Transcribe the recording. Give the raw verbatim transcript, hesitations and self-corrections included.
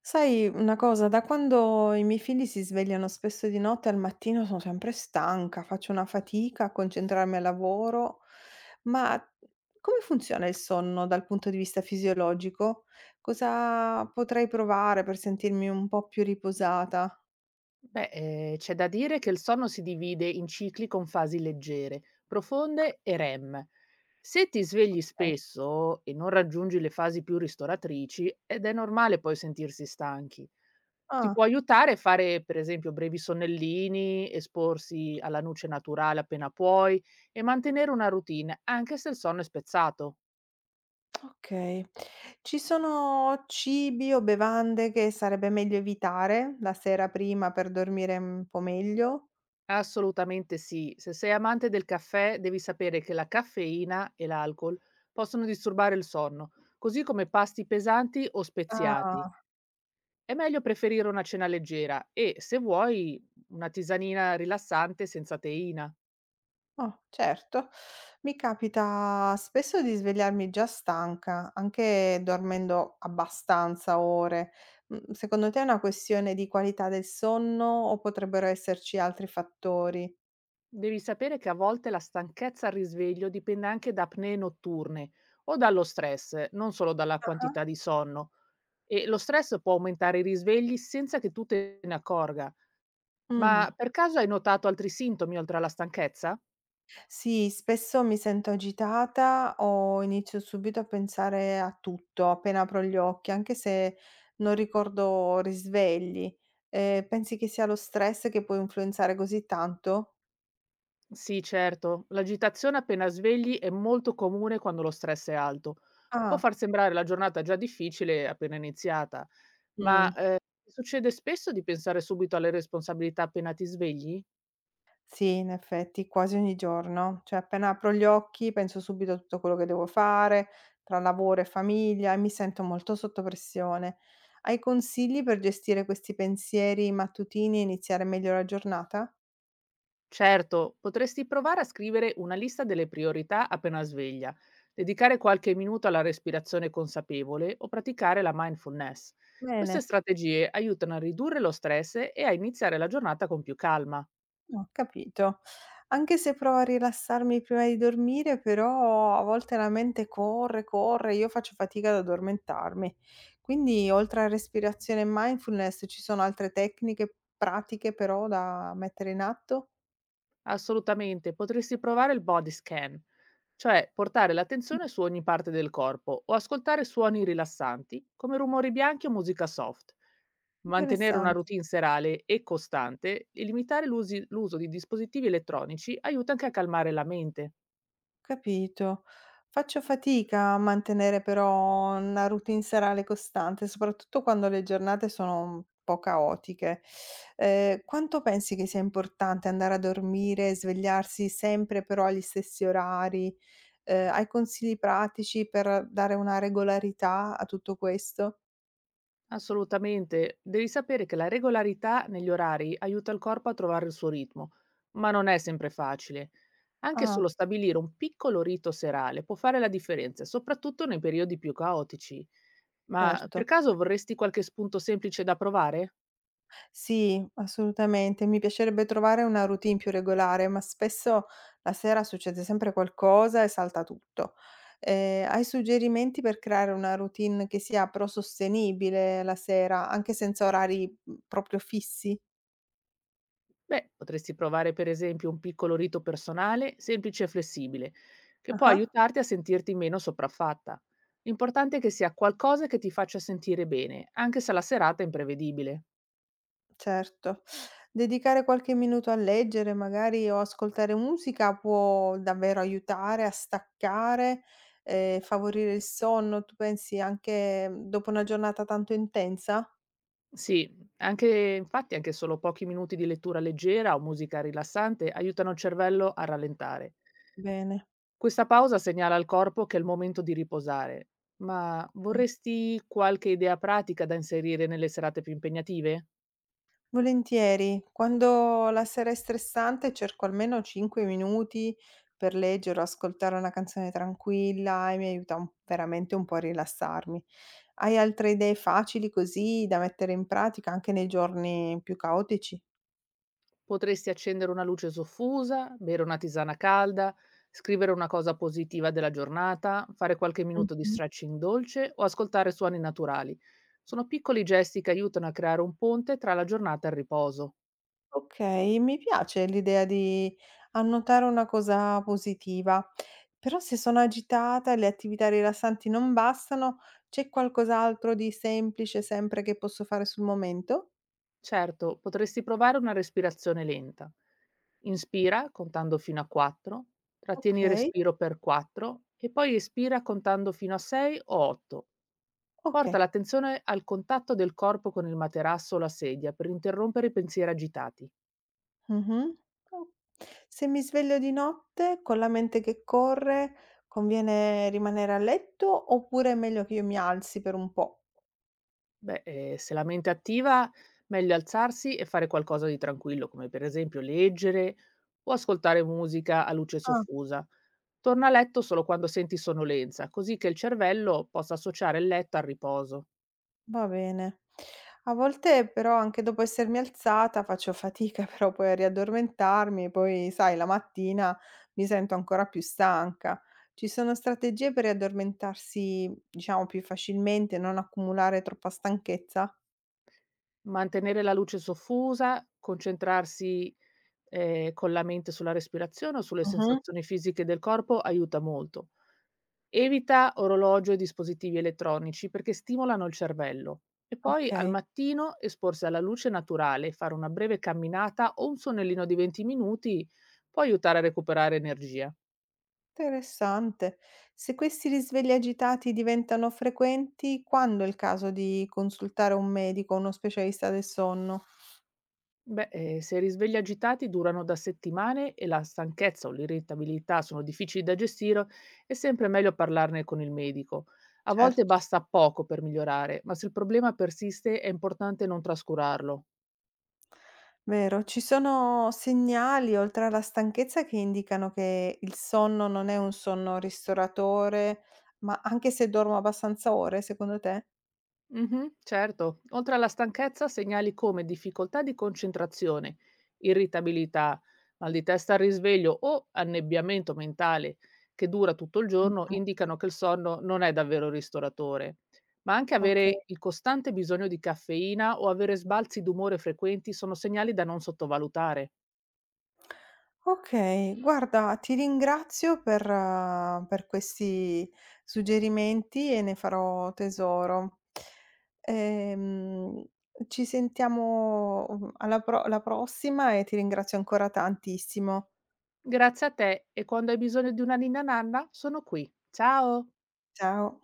Sai una cosa, da quando i miei figli si svegliano spesso di notte, al mattino sono sempre stanca, faccio una fatica a concentrarmi al lavoro, ma come funziona il sonno dal punto di vista fisiologico? Cosa potrei provare per sentirmi un po' più riposata? Beh, ehm, c'è da dire che il sonno si divide in cicli con fasi leggere, profonde e REM. Se ti svegli Ok. spesso e non raggiungi le fasi più ristoratrici, ed è normale poi sentirsi stanchi. Ti può Ah, aiutare fare, per esempio, brevi sonnellini, esporsi alla luce naturale appena puoi e mantenere una routine, anche se il sonno è spezzato. ok. Ci sono cibi o bevande che sarebbe meglio evitare la sera prima per dormire un po' meglio? Assolutamente sì. Se sei amante del caffè, devi sapere che la caffeina e l'alcol possono disturbare il sonno, così come pasti pesanti o speziati. Ah. È meglio preferire una cena leggera e, se vuoi, una tisanina rilassante senza teina. Oh, certo. Mi capita spesso di svegliarmi già stanca, anche dormendo abbastanza ore. Mm, secondo te è una questione di qualità del sonno o potrebbero esserci altri fattori? Devi sapere che a volte la stanchezza al risveglio dipende anche da apnee notturne o dallo stress, non solo dalla Ah. quantità di sonno. E lo stress può aumentare i risvegli senza che tu te ne accorga. Mm. Ma per caso hai notato altri sintomi oltre alla stanchezza? Sì, spesso mi sento agitata o inizio subito a pensare a tutto appena apro gli occhi, anche se non ricordo risvegli. Eh, pensi che sia lo stress che può influenzare così tanto? Sì, certo, l'agitazione appena svegli è molto comune quando lo stress è alto. Può Ah, far sembrare la giornata già difficile appena iniziata, ma mm. eh, ti succede spesso di pensare subito alle responsabilità appena ti svegli? Sì, in effetti quasi ogni giorno, cioè appena apro gli occhi penso subito a tutto quello che devo fare, tra lavoro e famiglia e mi sento molto sotto pressione. Hai consigli per gestire questi pensieri mattutini e iniziare meglio la giornata? Certo, potresti provare a scrivere una lista delle priorità appena sveglia, dedicare qualche minuto alla respirazione consapevole o praticare la mindfulness. Queste Bene. strategie aiutano a ridurre lo stress e a iniziare la giornata con più calma. Ho capito. Anche se provo a rilassarmi prima di dormire, però a volte la mente corre, corre, io faccio fatica ad addormentarmi. Quindi, oltre a respirazione e mindfulness, ci sono altre tecniche pratiche però da mettere in atto? Assolutamente, potresti provare il body scan, cioè portare Mm, l'attenzione su ogni parte del corpo o ascoltare suoni rilassanti come rumori bianchi o musica soft. Mantenere una interessante. routine serale e costante e limitare l'usi- l'uso di dispositivi elettronici aiuta anche a calmare la mente. Capito. Faccio fatica a mantenere però una routine serale costante, soprattutto quando le giornate sono un po' caotiche. Ehm, quanto pensi che sia importante andare a dormire e svegliarsi sempre però agli stessi orari? Ehm, hai consigli pratici per dare una regolarità a tutto questo? Assolutamente. Devi sapere che la regolarità negli orari aiuta il corpo a trovare il suo ritmo, ma non è sempre facile. Anche solo Ah, stabilire un piccolo rito serale può fare la differenza, soprattutto nei periodi più caotici. Ma per certo. caso vorresti qualche spunto semplice da provare? Sì, assolutamente. Mi piacerebbe trovare una routine più regolare, ma spesso la sera succede sempre qualcosa e salta tutto. Eh, hai suggerimenti per creare una routine che sia però sostenibile la sera, anche senza orari mm, proprio fissi? Beh, potresti provare per esempio un piccolo rito personale, semplice e flessibile, che può Ah, aiutarti a sentirti meno sopraffatta. L'importante è che sia qualcosa che ti faccia sentire bene, anche se la serata è imprevedibile. certo. Dedicare qualche minuto a leggere, magari, o ascoltare musica può davvero aiutare a staccare, eh, favorire il sonno, tu pensi anche mm, dopo una giornata tanto intensa? Sì, anche infatti anche solo pochi minuti di lettura leggera o musica rilassante aiutano il cervello a rallentare. Bene, Questa pausa segnala al corpo che è il momento di riposare. Ma vorresti qualche idea pratica da inserire nelle serate più impegnative? volentieri. Quando la sera è stressante cerco almeno cinque minuti per leggere o ascoltare una canzone tranquilla e mi aiuta un- veramente un po' a rilassarmi. Hai altre idee facili così da mettere in pratica anche nei giorni più caotici? Potresti accendere una luce soffusa, bere una tisana calda, scrivere una cosa positiva della giornata, fare qualche minuto di stretching dolce o ascoltare suoni naturali. Sono piccoli gesti che aiutano a creare un ponte tra la giornata e il riposo. Okay, mi piace l'idea di annotare una cosa positiva, però se sono agitata e le attività rilassanti non bastano, c'è qualcos'altro di semplice sempre che posso fare sul momento? Certo, potresti provare una respirazione lenta. Inspira contando fino a quattro, trattieni il Okay, respiro per quattro e poi espira contando fino a sei o otto. Porta okay. l'attenzione al contatto del corpo con il materasso o la sedia per interrompere i pensieri agitati. Mh-mh. O se mi sveglio di notte con la mente che corre, conviene rimanere a letto oppure è meglio che io mi alzi per un po'? Beh, eh, se la mente è attiva, meglio alzarsi e fare qualcosa di tranquillo, come per esempio leggere o ascoltare musica a luce Ah. soffusa. Torna a letto solo quando senti sonnolenza, così che il cervello possa associare il letto al riposo. Va bene. A volte però anche dopo essermi alzata faccio fatica però poi a riaddormentarmi, poi sai la mattina mi sento ancora più stanca. Ci sono strategie per riaddormentarsi, diciamo, più facilmente, non accumulare troppa stanchezza? Mantenere la luce soffusa, concentrarsi, ehm, con la mente sulla respirazione o sulle Mhm, sensazioni fisiche del corpo aiuta molto. Evita orologio e dispositivi elettronici perché stimolano il cervello. E poi al ok. mattino esporsi alla luce naturale, fare una breve camminata o un sonnellino di venti minuti può aiutare a recuperare energia. Interessante. Se questi risvegli agitati diventano frequenti, quando è il caso di consultare un medico, uno specialista del sonno? Beh, ehm, se i risvegli agitati durano da settimane e la stanchezza o l'irritabilità sono difficili da gestire, è sempre meglio parlarne con il medico. A volte Certo. basta poco per migliorare, ma se il problema persiste è importante non trascurarlo. Vero, ci sono segnali oltre alla stanchezza che indicano che il sonno non è un sonno ristoratore, ma anche se dormo abbastanza ore, secondo te? Mh-mh, certo. Oltre alla stanchezza, segnali come difficoltà di concentrazione, irritabilità, mal di testa al risveglio o annebbiamento mentale che dura tutto il Mh, giorno mh, mh. indicano che il sonno non è davvero ristoratore. Ma anche Okay. avere il costante bisogno di caffeina o avere sbalzi d'umore frequenti sono segnali da non sottovalutare. Okay, guarda ti ringrazio per eh, per questi suggerimenti e ne farò tesoro. Ehm, Ci sentiamo, mhmm, alla pro la prossima e ti ringrazio ancora tantissimo. Grazie a te e quando hai bisogno di una ninna nanna sono qui. Ciao! Ciao.